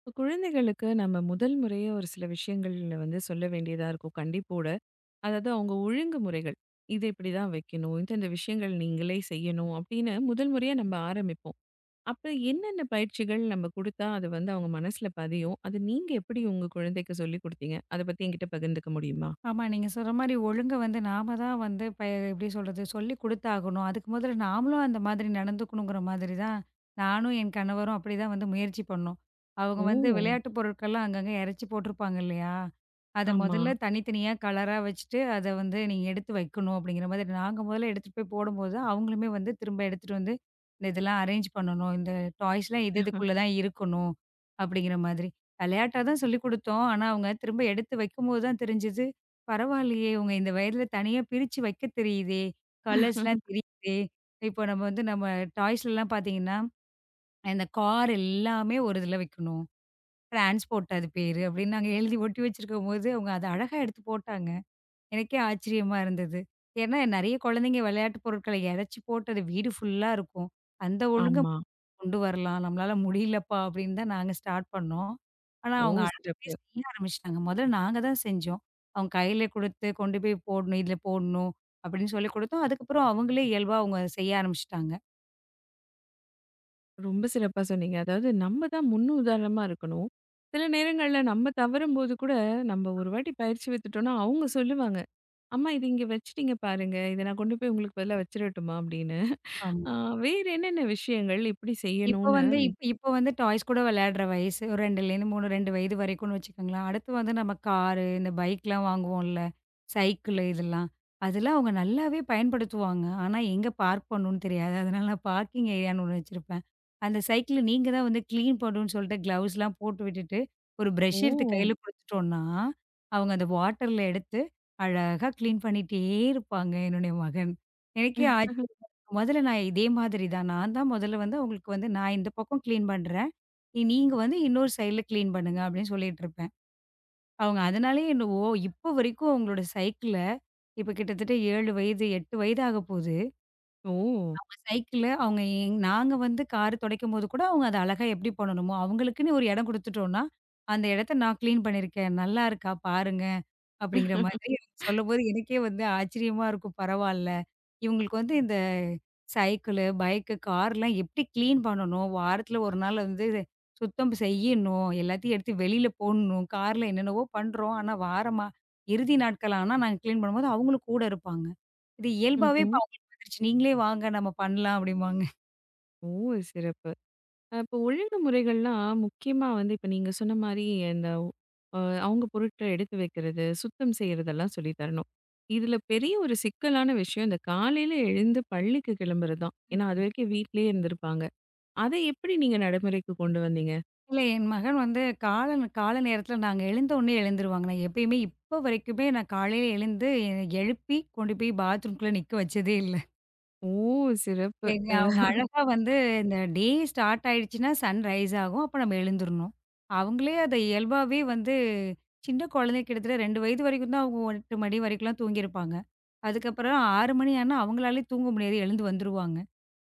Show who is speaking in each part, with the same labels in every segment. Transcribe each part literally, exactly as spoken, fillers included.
Speaker 1: இப்ப குழந்தைகளுக்கு நம்ம முதல் முறையே ஒரு சில விஷயங்கள்ல வந்து சொல்ல வேண்டியதா இருக்கும் கண்டிப்போட. அதாவது அவங்க ஒழுங்குமுறைகள். இத இப்படிதான் வைக்கணும். இந்தந்த விஷயங்கள் நீங்களே செய்யணும் அப்படின்னு முதல் முறையா நம்ம ஆரம்பிப்போம். அப்ப என்னென்ன பயிற்சிகள் நம்ம குடுத்தா அது வந்து அவங்க மனசுல பதியும்? அது நீங்க எப்படி உங்க குழந்தைக்கு சொல்லிக் குடுத்தீங்க? அத பத்தி என்கிட்ட பகிர்ந்துக்க முடியுமா?
Speaker 2: ஆமா. நீங்க சொல்ற மாரி ஒழுங்க வந்து நாம தான் வந்து இப்ப எப்படி சொல்றது? சொல்லிக் குடுத்தாகணும். அதுக்கு முதல்ல நாமளும் அந்த மாதிரி நடந்துக்கணுங்கிற மாதிரி தான், நானும் என் கணவரும் அப்படிதான் வந்து முயற்சி பண்ணோம். அவங்க வந்து
Speaker 1: ஓ!
Speaker 2: விளையாட்டு பொருட்கள்லாம் அங்கங்க இறச்சி போட்டிருப்பாங்க இல்லையா? அத
Speaker 1: ஆமா,
Speaker 2: முதல்ல தனித்தனியா கலரா வச்சுட்டு, அத வந்து நீங்க எடுத்து வைக்கணும் அப்படிங்கிற மாதிரி நாங்க முதல்ல எடுத்துட்டு போய் போடும்போது, அவங்களுமே வந்து திரும்ப எடுத்துட்டு வந்து, இந்த இதெல்லாம் அரேஞ்ச் பண்ணணும். இந்த டாய்ஸ்லாம் இது இதுக்குள்ள தான் இருக்கணும். அப்படிங்கிற மாதிரி. விளையாட்டா தான் சொல்லிக் குடுத்தோம். ஆனா அவங்க திரும்ப எடுத்து வைக்கும்போது தான் தெரிஞ்சது பரவாயில்லையே! உங்க இந்த வயதில தனியா பிரிச்சு வைக்க தெரியுதே! கலர்ஸ்லாம் தெரியுதே! இப்போ நம்ம வந்து நம்ம டாய்ஸ்லலாம் பார்த்தீங்கன்னா, இந்த கார் எல்லாமே ஒரு இதில வைக்கணும். டிரான்ஸ்போர்ட் அது பேரு அப்படின்னு நாங்க எழுதி ஒட்டி வச்சிருக்கும்போது, அவங்க அத அழகா எடுத்து போட்டாங்க. எனக்கே ஆச்சரியமா இருந்தது. ஏன்னா, நெறைய குழந்தைங்க விளையாட்டு பொருட்கள இறச்சி போட்டு அது வீடு ஃபுல்லா இருக்கும். அந்த ஒழுங்க
Speaker 1: ஆமா.
Speaker 2: கொண்டு வரலாம். நம்மளால முடியலப்பா அப்படின்னு தான் நாங்க ஸ்டார்ட் பண்ணோம். ஆனா
Speaker 1: ஓ!
Speaker 2: அவங்க அழகாவே
Speaker 1: சிறப்பு.
Speaker 2: செய்ய ஆரம்பிச்சுட்டாங்க. முதல்ல நாங்க தான் செஞ்சோம். அவங்க கையில குடுத்து கொண்டு போய் போடணும், இதில போடணும் அப்படின்னு சொல்லிக் குடுத்தோம். அதுக்கப்புறம் அவங்களே இயல்பா அவங்க செய்ய ஆரம்பிச்சுட்டாங்க.
Speaker 1: ரொம்ப சிறப்பா சொன்னீங்க. அதாவது நம்ம தான் முன் உதாரணமா இருக்கணும். சில நேரங்கள்ல நம்ம தவறும்போது கூட, நம்ம ஒரு வாட்டி பயிற்சி வித்துட்டோம்னா, அவங்க சொல்லுவாங்க. "அம்மா இது இங்க வச்சுட்டீங்க பாருங்க. இத நான் கொண்டு போய் உங்களுக்கு பதிலா வச்சுரட்டுமா?" அப்படின்னு.
Speaker 2: ஆமா.
Speaker 1: ஆ வேற என்னென்ன விஷயங்கள் இப்படி
Speaker 2: இப்போ
Speaker 1: செய்யணும்னு
Speaker 2: வந்து
Speaker 1: நீ
Speaker 2: இப் இப்போ வந்து டாய்ஸ் கூட விளையாடுற வயசு. ஒரு 2லேருந்து மூணு, ரெண்டு வயது வரைக்கும்னு வச்சுக்கோங்களேன். அடுத்து வந்து நம்ம காரு, இந்த பைக்லாம் வாங்குவோம்ல, சைக்கிள் இதெல்லாம். அதெல்லாம் அவங்க நல்லாவே பயன்படுத்துவாங்க. ஆனா எங்க பார்க் பண்ணணும்னு தெரியாது. அதனால நான் பார்க்கிங் ஏரியான்னு ஒண்ணு வச்சிருப்பேன். அந்த சைக்கிள நீங்க தான் வந்து கிளீன் பண்ணணும்னு சொல்லிட்டு கிளவுஸ்லாம் போட்டு விட்டுட்டு, ஒரு ப்ரஷ்
Speaker 1: ஓ!
Speaker 2: எடுத்து கையில குடுத்துட்டோம்னா, அவங்க அந்த வாட்டர்ல எடுத்து அழகா கிளீன் பண்ணிட்டே இருப்பாங்க என்னுடைய மகன். எனக்கே ஆச்ச முதல்ல நான் இதே மாதிரி தான். நான் தான் முதல்ல வந்து அவங்களுக்கு வந்து நான் இந்த பக்கம் கிளீன் பண்றேன். நீங்க வந்து இன்னொரு சைடுல கிளீன் பண்ணுங்க அப்படின்னு சொல்லிட்டு இருப்பேன். அவங்க அதனாலேயே என்னவோ இப்போ வரைக்கும் அவங்களோட சைக்கிள இப்ப கிட்டத்தட்ட ஏழு வயது, எட்டு வயது ஆக போகுது.
Speaker 1: ஓ!
Speaker 2: அவங்க சைக்கிள அவங்க எங் நாங்க வந்து கார் துடைக்கும்போது கூட அவங்க அத அழகா எப்படி பண்ணணுமோ, அவங்களுக்குன்னு ஒரு இடம் குடுத்துட்டோம்னா, அந்த இடத்த நான் கிளீன் பண்ணியிருக்கேன். நல்லா இருக்கா பாருங்க அப்படிங்கிற மாதிரி சொல்லும்போது எனக்கே வந்து ஆச்சரியமா இருக்கும். பரவால்ல. இவங்களுக்கு வந்து இந்த சைக்கிளு, பைக்கு, கார்லாம் எப்படி கிளீன் பண்ணணும்? வாரத்துல ஒரு நாள் வந்து சுத்தம் செய்யணும். எல்லாத்தையும் எடுத்து வெளியில போடணும். கார்ல என்னென்னவோ பண்றோம். ஆனா வாரமா இறுதி நாட்கள் ஆனா நாங்க கிளீன் பண்ணும்போது அவங்களும் கூட இருப்பாங்க. இது இயல்பாவே
Speaker 1: ம்ஹ்ம்.
Speaker 2: இப்ப அவங்களுக்கு வந்துருச்சு. "நீங்களே வாங்க நம்ம பண்ணலாம்" அப்படிம்பாங்க.
Speaker 1: ஓ! சிறப்பு. அ இப்போ ஒழுங்குமுறைகள்லாம் முக்கியமா வந்து இப்ப நீங்க சொன்ன மாரி இந்த அ அவங்க பொருட்கள எடுத்து வைக்கிறது, சுத்தம் செய்றதெல்லாம் சொல்லி தரணும். இதுல பெரிய ஒரு சிக்கலான விஷயம் இந்த காலையில எழுந்து பள்ளிக்கு கிளம்புறது தான். ஏன்னா, அதுவரைக்கும் வீட்லயே இருந்திருப்பாங்க. அதை எப்படி நீங்க நடைமுறைக்கு கொண்டு வந்தீங்க?
Speaker 2: இல்ல என் மகன் வந்து கால காலை நேரத்துல நாங்க எழுந்த உடனே எழுந்துருவாங்க. நான் எப்பயுமே இப்போ வரைக்குமே நான் காலையில எழுந்து என்னை எழுப்பி கொண்டு போய் பாத்ரூம்குள்ள நிக்க வச்சதே இல்ல.
Speaker 1: ஓ! சிறப்பு.
Speaker 2: ஏங்க அவங்க அழகா வந்து இந்த டே ஸ்டார்ட் ஆயிடுச்சுன்னா சன் ரைஸ் ஆகும். அப்ப நம்ம எழுந்துரணும். அவங்களே அத இயல்பாவே வந்து சின்ன குழந்தை கிட்டத்தட்ட ரெண்டு வயது வரைக்கும் தான் அவங்க எட்டு மணி வரைக்கும்லாம் தூங்கியிருப்பாங்க. அதுக்கப்புறம் ஆறு மணி ஆனா அவங்களாலயே தூங்க முடியாது. எழுந்து வந்துருவாங்க.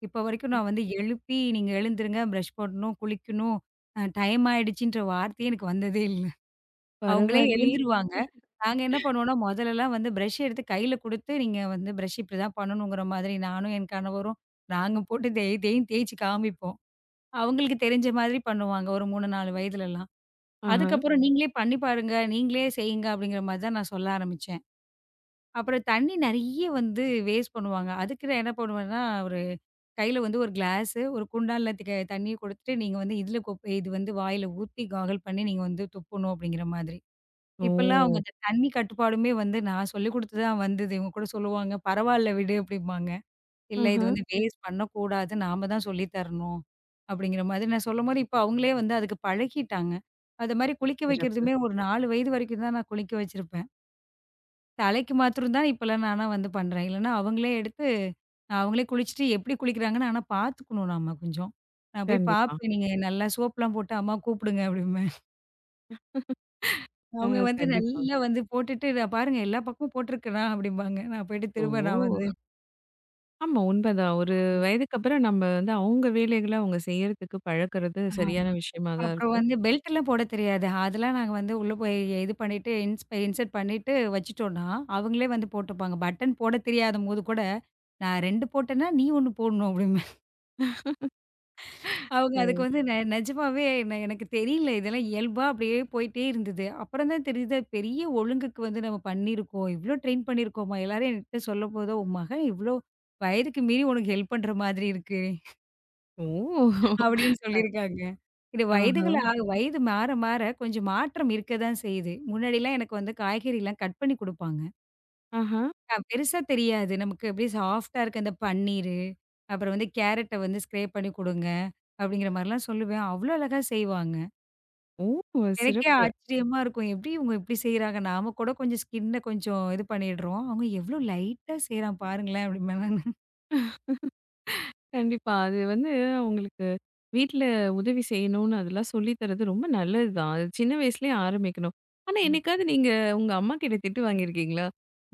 Speaker 2: இப்ப வரைக்கும் நான் வந்து எழுப்பி, "நீங்க எழுந்துருங்க, பிரஷ் பண்ணணும், குளிக்கணும், அ டைம் ஆயிடுச்சுன்ற" வார்த்தையே எனக்கு வந்ததே இல்ல. அவங்களே
Speaker 1: பரவாயில்லயே!
Speaker 2: எழுந்துருவாங்க. நாங்க என்ன பண்ணுவோம்னா, முதலலாம் வந்து பிரஷ் எடுத்து கையில குடுத்து, நீங்க வந்து பிரஷ் இப்படிதான் பண்ணணுங்கிற மாதிரி நானும் என் கணவரும், நாங்க போட்டு தேய் தேய்ன்னு தேய்ச்சு காமிப்போம். அவங்களுக்கு தெரிஞ்ச மாதிரி பண்ணுவாங்க. ஒரு மூணு, நாலு வயதுலலாம்.
Speaker 1: ஆஹா.
Speaker 2: அதுக்கப்புறம் ம். நீங்களே பண்ணி பாருங்க, நீங்களே செய்யுங்க அப்படிங்கிற மாதிரி தான் நான் சொல்ல ஆரம்பிச்சேன். அப்புறம் தண்ணி நெறைய வந்து வேஸ்ட் பண்ணுவாங்க. அதுக்கு நான் என்ன பண்ணுவேன்னா, ஒரு கையில வந்து ஒரு கிளாஸு, ஒரு குண்டான்ல தி தண்ணிய குடுத்துட்டு, நீங்க வந்து இதில கொப் இது வந்து வாயில ஊத்தி காகல் பண்ணி நீங்க வந்து துப்பணும் அப்படிங்கிற மாதிரி.
Speaker 1: ஓ!
Speaker 2: இப்பல்லாம் அவங்க அந்த தண்ணி கட்டுப்பாடுமே வந்து நான் சொல்லிக் குடுத்து தான் வந்தது. இவங்க கூட சொல்லுவாங்க, "பரவால்ல விடு" அப்படிம்பாங்க. "இல்ல இது
Speaker 1: ஆஹா.
Speaker 2: வந்து வேஸ்ட் பண்ணக்கூடாது. நாம தான் சொல்லி தரணும்." அப்படிங்கிற மாதிரி நான் சொல்லும்போது, இப்ப அவங்களே வந்து அதுக்கு பழகிட்டாங்க. அது மாரி குளிக்க
Speaker 1: சிறப்பு.
Speaker 2: வைக்கிறதுமே ஒரு நாலு வயது வரைக்கும் தான் நான் குளிக்க வச்சிருப்பேன். தலைக்கு மாத்திரம் தான் இப்பல்லாம் நானா வந்து பண்றேன். இல்லன்னா அவங்களே எடுத்து அவங்களே குளிச்சுட்டு எப்படி குளிக்கிறாங்கன்னு ஆனா பார்த்துக்கணும் நாம கொஞ்சம். நான் போய்
Speaker 1: கண்டிப்பா.
Speaker 2: பார்ப்பேன். "நீங்க நல்லா சோப்லாம் போட்டு அம்மா கூப்பிடுங்க" அப்படிம்பேன்.
Speaker 1: அ
Speaker 2: அவங்க வந்து
Speaker 1: கண்டிப்பா.
Speaker 2: நல்லா வந்து போட்டுட்டு, "நான் பாருங்க எல்லா பக்கமும் போட்டிருக்கேனா" அப்படிம்பாங்க. நான் போயிட்டு
Speaker 1: ஓ!
Speaker 2: திரும்ப நான் வந்து
Speaker 1: ஆமா. உண்மைதான். ஒரு வயதுக்கு அப்புறம் நம்ம வந்து அவங்க வேலைகள அவங்க செய்யறதுக்கு பழக்கறது சரியான
Speaker 2: ஆமா.
Speaker 1: விஷயமா தான்
Speaker 2: அப்புறம்
Speaker 1: இருக்கும்.
Speaker 2: வந்து பெல்ட்லாம் போடத் தெரியாது. அதெல்லாம் நாங்க வந்து உள்ள போய் இது பண்ணிட்டு இன்ஸ் இன்சர்ட் பண்ணிட்டு வச்சுட்டோம்னா, அவங்களே வந்து போட்டுப்பாங்க. பட்டன் போடத் தெரியாதம்போது கூட, "நான் ரெண்டு போட்டேன்னா, நீ ஒண்ணு போடணும்" அப்படிம்பாங்க. அவங்க அதுக்கு வந்து நெ நெஜமாவே நெ எனக்கு தெரியல. இதெல்லாம் இயல்பா அப்படியே போயிட்டே இருந்தது. அப்புறம் தான் தெரியுது அது பெரிய ஒழுங்குக்கு வந்து நம்ம பண்ணியிருக்கோம். இவ்ளோ ட்ரெயின் பண்ணியிருக்கோமா? எல்லாரும் என்கிட்ட சொல்லும்போதுதான், "உன் மகன் இவ்ளோ வயதுக்கு மீறி உனக்கு ஹெல்ப் பண்ற மாதிரி இருக்கு."
Speaker 1: ஓ!
Speaker 2: அப்படின்னு சொல்லியிருக்காங்க. இது
Speaker 1: ஆஹா,
Speaker 2: வயதுகள் ஆ வயது மாற மாற கொஞ்சம் மாற்றம் இருக்க தான் செய்யுது. முன்னாடிலாம் எனக்கு வந்து காய்கறிலாம் கட் பண்ணி குடுப்பாங்க.
Speaker 1: ஆஹா.
Speaker 2: அ பெருசா தெரியாது. நமக்கு அப்படியே சாஃப்ட்டா இருக்க அந்த பன்னீரு, அப்புறம் வந்து கேரட்ட வந்து ஸ்க்ரேப் பண்ணி குடுங்க, அப்படிங்கிற மாரிலாம் சொல்லுவேன். அவ்ளோ அழகா செய்வாங்க.
Speaker 1: ஓ!
Speaker 2: எனக்கே
Speaker 1: சிறப்பு.
Speaker 2: ஆச்சரியமா இருக்கும். எப்படி இவங்க இப்படி செய்றாங்க? நாம கூட கொஞ்சம் ஸ்கின்ன கொஞ்சம் இது பண்ணிடுறோம். அவங்க எவ்வளோ லைட்டா செய்றான் பாருங்களேன்! அப்படிம்பேன் நானு.
Speaker 1: கண்டிப்பா. அது வந்து அவங்களுக்கு வீட்ல உதவி செய்யணும்னு அதெல்லாம் சொல்லி தர்றது ரொம்ப நல்லது தான். அது சின்ன வயசுலயே ஆரம்பிக்கணும். ஆனா
Speaker 2: ம்.
Speaker 1: என்னைக்காவது நீங்க உங்க அம்மா கிட்ட திட்டு வாங்கியிருக்கீங்களா?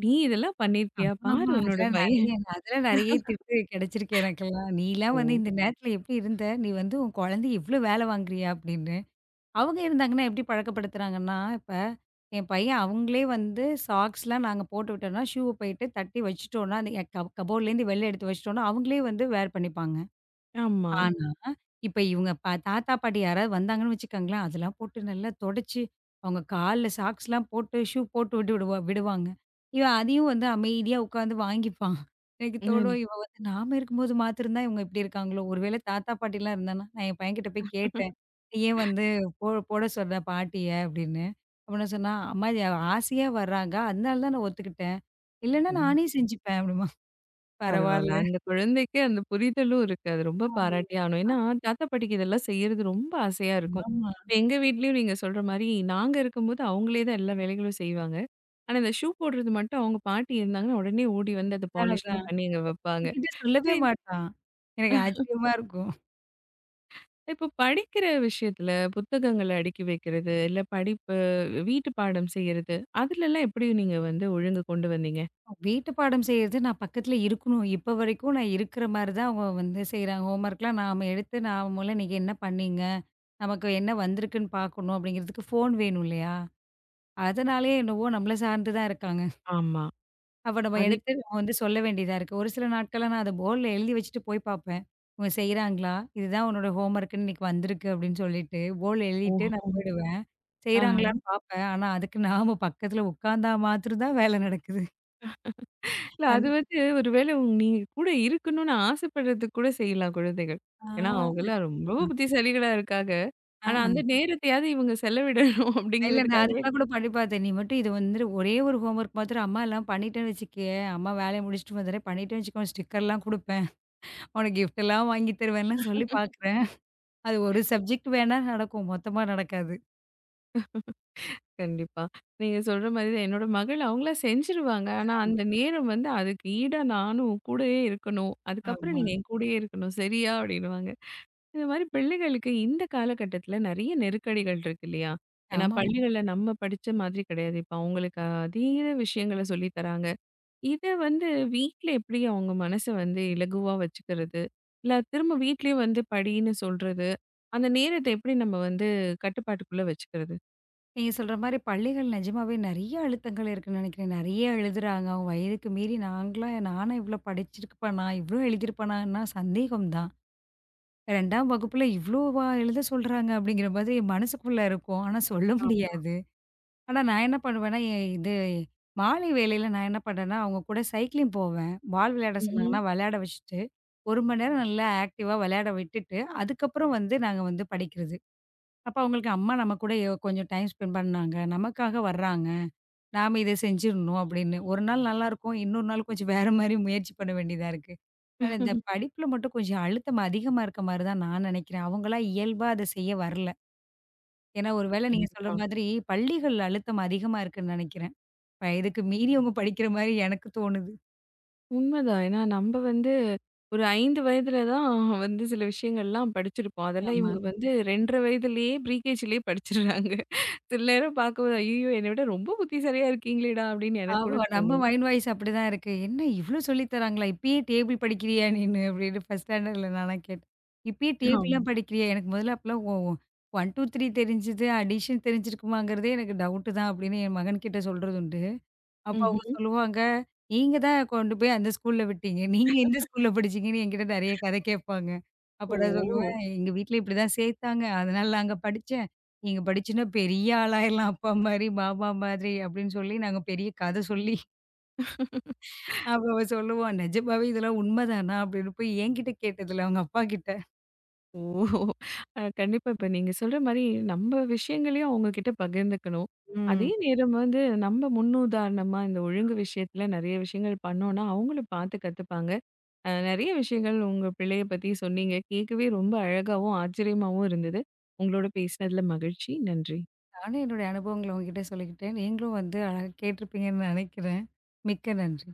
Speaker 1: "நீ இதெல்லாம் பண்ணியிருக்கியா?
Speaker 2: ஆமாமா.
Speaker 1: பாரு உன்னோட
Speaker 2: அதெல்லாம்
Speaker 1: பையன்"
Speaker 2: நெறைய அதெல்லாம் நெறைய திட்டு கிடைச்சிருக்கு எனக்கெல்லாம். "நீலாம்
Speaker 1: ஓ!
Speaker 2: வந்து இந்த நேரத்துல எப்படி இருந்த? நீ வந்து உன் குழந்தைய இவ்ளோ வேலை வாங்குறியா?" அப்படின்னு. அவங்க இருந்தாங்கன்னா எப்படி பழக்கப்படுத்துறாங்கன்னா, இப்ப என் பையன் அவங்களே வந்து சாக்ஸ்லாம் நாங்க போட்டு விட்டோம்னா, ஷூவ போயிட்டு தட்டி வச்சுட்டோம்னா, அந்த எ கப் கபோர்ட்லேருந்து வெளில எடுத்து வச்சுட்டோம்னா, அவங்களே வந்து வேர் பண்ணிப்பாங்க.
Speaker 1: ஆமா.
Speaker 2: இப்ப இவங்க ப தாத்தா, பாட்டி யாராவது வந்தாங்கன்னு வச்சுக்கோங்களேன், அதெல்லாம் போட்டு நல்லா தொடச்சு, அவங்க கால்ல சாக்ஸ்லாம் போட்டு, ஷூ போட்டு விட்டு விடுவா விடுவாங்க. இவன் அதையும் வந்து அமைதியா உட்காந்து வாங்கிப்பான். எனக்கு தோணும் இவன் வந்து நாம இருக்கும்போது மாத்திருந்தா இவங்க இப்படி இருக்காங்களோ! ஒருவேள தாத்தா, பாட்டிலாம் இருந்தான்னா, நான் என் பையன்கிட்ட போய் கேட்டேன். "ஏன் வந்து போ போட சொன்ன பாட்டிய?" அப்படின்னு. அப்பன்னா சொன்னா, "அம்மா இது ஆசையா வர்றாங்க. அதனால தான் நான் ஒத்துக்கிட்டேன். இல்லன்னா
Speaker 1: உம்
Speaker 2: நானே செஞ்சுப்பேன்" அப்படிம்பான்.
Speaker 1: பரவால்ல.
Speaker 2: பரவால்ல.
Speaker 1: அந்த குழந்தைக்கு அந்த புரிதலும் இருக்கு. அது ரொம்ப பாராட்டியே ஆணும். ஏன்னா, தாத்தா, பாட்டிக்கு இதெல்லாம் செய்றது ரொம்ப ஆசையா இருக்கும்.
Speaker 2: ஆமா.
Speaker 1: இப்ப எங்க வீட்லயும் நீங்க சொல்ற மாரி, நாங்க இருக்கும்போது அவங்களே தான் எல்லா வேலைகளும் செய்வாங்க. ஆனா, இந்த ஷூ போடுறது மட்டும் அவங்க பாட்டி இருந்தாங்கன்னா, உடனே ஓடி வந்து அத
Speaker 2: அதான், அதான்.
Speaker 1: பாலிஷ்லாம் பண்ணி அங்க வப்பாங்க.
Speaker 2: என்கிட்ட சொல்லவே
Speaker 1: சரி,
Speaker 2: மாட்டான். எனக்கு ஆச்சரியமா இருக்கும்.
Speaker 1: இப்போ படிக்கிற விஷயத்துல புத்தகங்கள அடுக்கி வைக்கிறது, இல்ல படிப்பு வீட்டு பாடம் செய்யறது, அதுலலாம் எப்படி நீங்க வந்து ஒழுங்கு கொண்டு வந்தீங்க?
Speaker 2: வீட்டு பாடம் செய்றது நான் பக்கத்துல இருக்கணும். இப்ப வரைக்கும் நான் இருக்கிற மாரி தான் அவங்க வந்து செய்றாங்க. ஹோம்வொர்க்லாம் நாம எடுத்து நான் மூலம் இன்னைக்கு என்ன பண்ணீங்க? நமக்கு என்ன வந்திருக்குன்னு பார்க்கணும் அப்படிங்கிறதுக்கு ஃபோன் வேணும் இல்லையா? அதனாலயே என்னவோ நம்மள சார்ந்து தான் இருக்காங்க.
Speaker 1: ஆமா.
Speaker 2: அப்ப நம்ம
Speaker 1: அது இப்
Speaker 2: எடுத்து நம்ம வந்து சொல்ல வேண்டியதா இருக்கு. ஒரு சில நாட்கள்லாம் நான் அத போர்ட்ல எழுதி வச்சுட்டு போய் பார்ப்பேன். இவங்க செய்றாங்களா? இதுதான் உன்னோட ஹோம்வொர்க்ன்னு இன்னைக்கு வந்திருக்கு அப்படின்னு சொல்லிட்டு போர்ட்ல எழுதிட்டு
Speaker 1: ஓஹோ!
Speaker 2: நான் போயிடுவேன். செய்றாங்களான்னு பார்ப்பேன். ஆனா, அதுக்கு நாம பக்கத்துல உட்காந்தா மாத்திரம் தான் வேலை நடக்குது.
Speaker 1: இல்ல அது
Speaker 2: அது
Speaker 1: வந்து ஒரு வேளை நீங்க கூட இருக்கணும்னு ஆசைப்படுறதுக்கு கூட செய்யலாம் குழந்தைகள்.
Speaker 2: ஆ
Speaker 1: ஏன்னா
Speaker 2: அது
Speaker 1: அவங்கலாம் ரொம்ப புத்திசாலிகளா இருக்காங்க.
Speaker 2: அ,
Speaker 1: ஆனா அந்த
Speaker 2: அ.
Speaker 1: நேரத்தையாவது இவங்க செலவிடணும்
Speaker 2: இல்ல நான்
Speaker 1: அப்படிங்கிறதுக்காகவே
Speaker 2: அதுக்கெல்லாம் கூட பண்ணி பார்த்தேன். நீ மட்டும் இது வந்து ஒரே ஒரு ஹோம்வொர்க் மாத்திரம் அம்மா எல்லாம் பண்ணிட்டேன்னு வச்சுக்கயேன், அம்மா வேலைய முடிச்சுட்டு வந்துடுறேன். பண்ணிட்டேன்னு வச்சுக்கோ ஸ்டிக்கர்லாம் குடுப்பேன். உனக்கு கிஃப்ட்லாம் வாங்கி தருவேன்லாம் சொல்லி பார்க்குறேன். அது ஒரு சப்ஜெக்ட் வேணா நடக்கும். மொத்தமா நடக்காது.
Speaker 1: கண்டிப்பா. நீங்க சொல்ற மாரி தான் என்னோட மகள் அவங்களா செஞ்சுருவாங்க. ஆனா அந்த நேரம் வந்து அதுக்கு ஈடா நானும் கூடயே இருக்கணும். அதுக்கப்புறம்
Speaker 2: ஆமா.
Speaker 1: நீங்க என் கூடயே இருக்கணும். சரியா? அப்படின்னுவாங்க. இந்த மாரி பிள்ளைகளுக்கு இந்த காலகட்டத்தில நெறைய நெருக்கடிகள் இருக்கு இல்லையா? ஏன்னா
Speaker 2: ஆமா.
Speaker 1: பள்ளிகள்ல நம்ம படிச்ச மாதிரி கிடையாது. இப்ப அவங்களுக்கு அதீத விஷயங்கள சொல்லி தராங்க. இத வந்து வீட்ல எப்படி அவங்க மனச வந்து இலகுவா வச்சுக்கிறது? இல்ல திரும்ப வீட்லயே வந்து படின்னு சொல்றது. அந்த நேரத்த எப்படி நம்ம வந்து கட்டுப்பாட்டுக்குள்ள வச்சுக்கிறது?
Speaker 2: நீங்க சொல்ற மாரி பள்ளிகள் நிஜமாவே நெறைய அழுத்தங்கள் இருக்குன்னு நெனைக்கிறேன். நெறைய எழுதுறாங்க. அவங்க வயதுக்கு மீறி நாங்கலாம் நானா இவ்ளோ படிச்சிருப்பனா? இவ்ளோ எழுதியிருப்பனான்னா சந்தேகம் தான். ரெண்டாம் வகுப்புல இவ்ளோவா எழுத சொல்றாங்க? அப்படிங்கிற மாதிரி மனசுக்குள்ள இருக்கும். ஆனா சொல்ல
Speaker 1: ஆமா.
Speaker 2: முடியாது. ஆனா நான் என்ன பண்ணுவேன்னா, எ இது மாலை வேளையில நான் என்ன பண்ணேன்னா, அவங்க கூட சைக்கிளிங் போவேன். பால் விளையாட
Speaker 1: ம்ஹ்ம்.
Speaker 2: சொன்னாங்கன்னா விளையாட வச்சுட்டு, ஒரு மணி நேரம் நல்லா ஆக்டிவா விளையாட விட்டுட்டு, அதுக்கப்புறம் வந்து நாங்க வந்து படிக்கிறது. அப்ப அவங்களுக்கு அம்மா நம்ம கூட எ- கொஞ்சம் டைம் ஸ்பெண்ட் பண்ணாங்க. நமக்காக வர்றாங்க. நாம இத செஞ்சிரணும் அப்படின்னு. ஒரு நாள் நல்லாருக்கும். இன்னொரு நாள் கொஞ்சம் வேற மாரி முயற்சி பண்ண வேண்டியதா இருக்கு. ஆனா இந்த படிப்புல மட்டும் கொஞ்சம் அழுத்தம் அதிகமா இருக்க மாரி தான் நான் நெனைக்கிறேன். அவங்களா இயல்பா அத செய்ய வரல. ஏன்னா ஒரு வேளை நீங்க சொல்ற
Speaker 1: கண்டிப்பா.
Speaker 2: மாதிரி பள்ளிகள்ல அழுத்தம் அதிகமா இருக்குன்னு நெனைக்கிறேன். வயதுக்கு மீறி அவங்க படிக்கிற மாரி எனக்கு தோணுது.
Speaker 1: உண்மதான். ஏன்னா நம்ப வந்து ஒரு ஐந்து வயதுல தான் வந்து சில விஷயங்கள்லாம் படிச்சிருப்போம். அதெல்லாம்
Speaker 2: ஆமா.
Speaker 1: இவங்க வந்து இரண்டரை வயதிலேயே ப்ரீகேஜ்லேயே படிச்சிடுறாங்க. சில நேரம் பார்க்கும்போது, "ஐயய்யோ! என்னை விட ரொம்ப புத்திசாலியா இருக்கீங்களேடா!" அப்படின்னு எனக்கு
Speaker 2: ஆமா.
Speaker 1: கூட
Speaker 2: நம்ம
Speaker 1: தோணும்.
Speaker 2: மைண்ட் வாய்ஸ் அப்படிதான் இருக்கு. "என்ன இவ்ளோ சொல்லி தராங்களா? இப்பயே டேபிள் படிக்கிறியா நீனு?" அப்படின்னு ஃபர்ஸ்ட் ஸ்டாண்டர்ட்ல நான்லாம் கேட்டேன். "இப்பயே
Speaker 1: ஆமா.
Speaker 2: டேபிள்லாம் படிக்கிறியா?" எனக்கு முதல்ல அப்பலாம் ஒ ஒ ஒண்ணு, ரெண்டு, மூணு தெரிஞ்சது, அடிஷன் தெரிஞ்சிருக்குமாங்கிறதே எனக்கு டவுட்டு தான் அப்படின்னு என் மகன்கிட்ட சொல்றது உண்டு. அப்ப அவங்க
Speaker 1: ம்ஹ்ம்.
Speaker 2: சொல்லுவாங்க, "நீங்க தான் கொண்டு போய் அந்த ஸ்கூல்ல விட்டீங்க. நீங்க இந்த ஸ்கூல்ல படிச்சீங்கன்னு" என்கிட்ட நெறைய கதை கேட்பாங்க. அப்ப
Speaker 1: ஓ!
Speaker 2: நான் சொல்லுவேன், "எங்க வீட்ல இப்படிதான் சேர்த்தாங்க. அதனால நான் அங்க படிச்சேன். நீங்க படிச்சுன்னா பெரிய ஆளாயிரலாம் அப்பா மாரி, மாமா மாதிரி" அப்படின்னு சொல்லி நாங்க பெரிய கதை சொல்லி அப்ப அவ சொல்லுவா, "நிஜமாவே இதெல்லாம் உண்மைதானா?" அப்படின்னு போய் என்கிட்ட கேட்டதில்ல, அவங்க அப்பாகிட்ட.
Speaker 1: ஓ! அ கண்டிப்பா. இப்ப நீங்க சொல்ற மாரி நம்ம விஷயங்களையும் அவங்க கிட்ட பகிர்ந்துக்கணும். அதே
Speaker 2: ம்.
Speaker 1: நேரம் வந்து நம்ம முன்னுதாரணமா இந்த ஒழுங்கு விஷயத்துல நெறைய விஷயங்கள் பண்ணோம்னா, அவங்களும் பார்த்து கத்துப்பாங்க. அ நெறைய விஷயங்கள் உங்க பிள்ளைய பத்தி சொன்னீங்க. கேட்கவே ரொம்ப அழகாவும், ஆச்சரியமாவும் இருந்தது. உங்களோட பேசினதுல மகிழ்ச்சி. நன்றி.
Speaker 2: நானும் என்னுடைய அனுபவங்கள உங்ககிட்ட சொல்லிக்கிட்டேன். நீங்களும் வந்து அழகா கேட்டிருப்பீங்கன்னு நினைக்கிறேன். மிக்க நன்றி.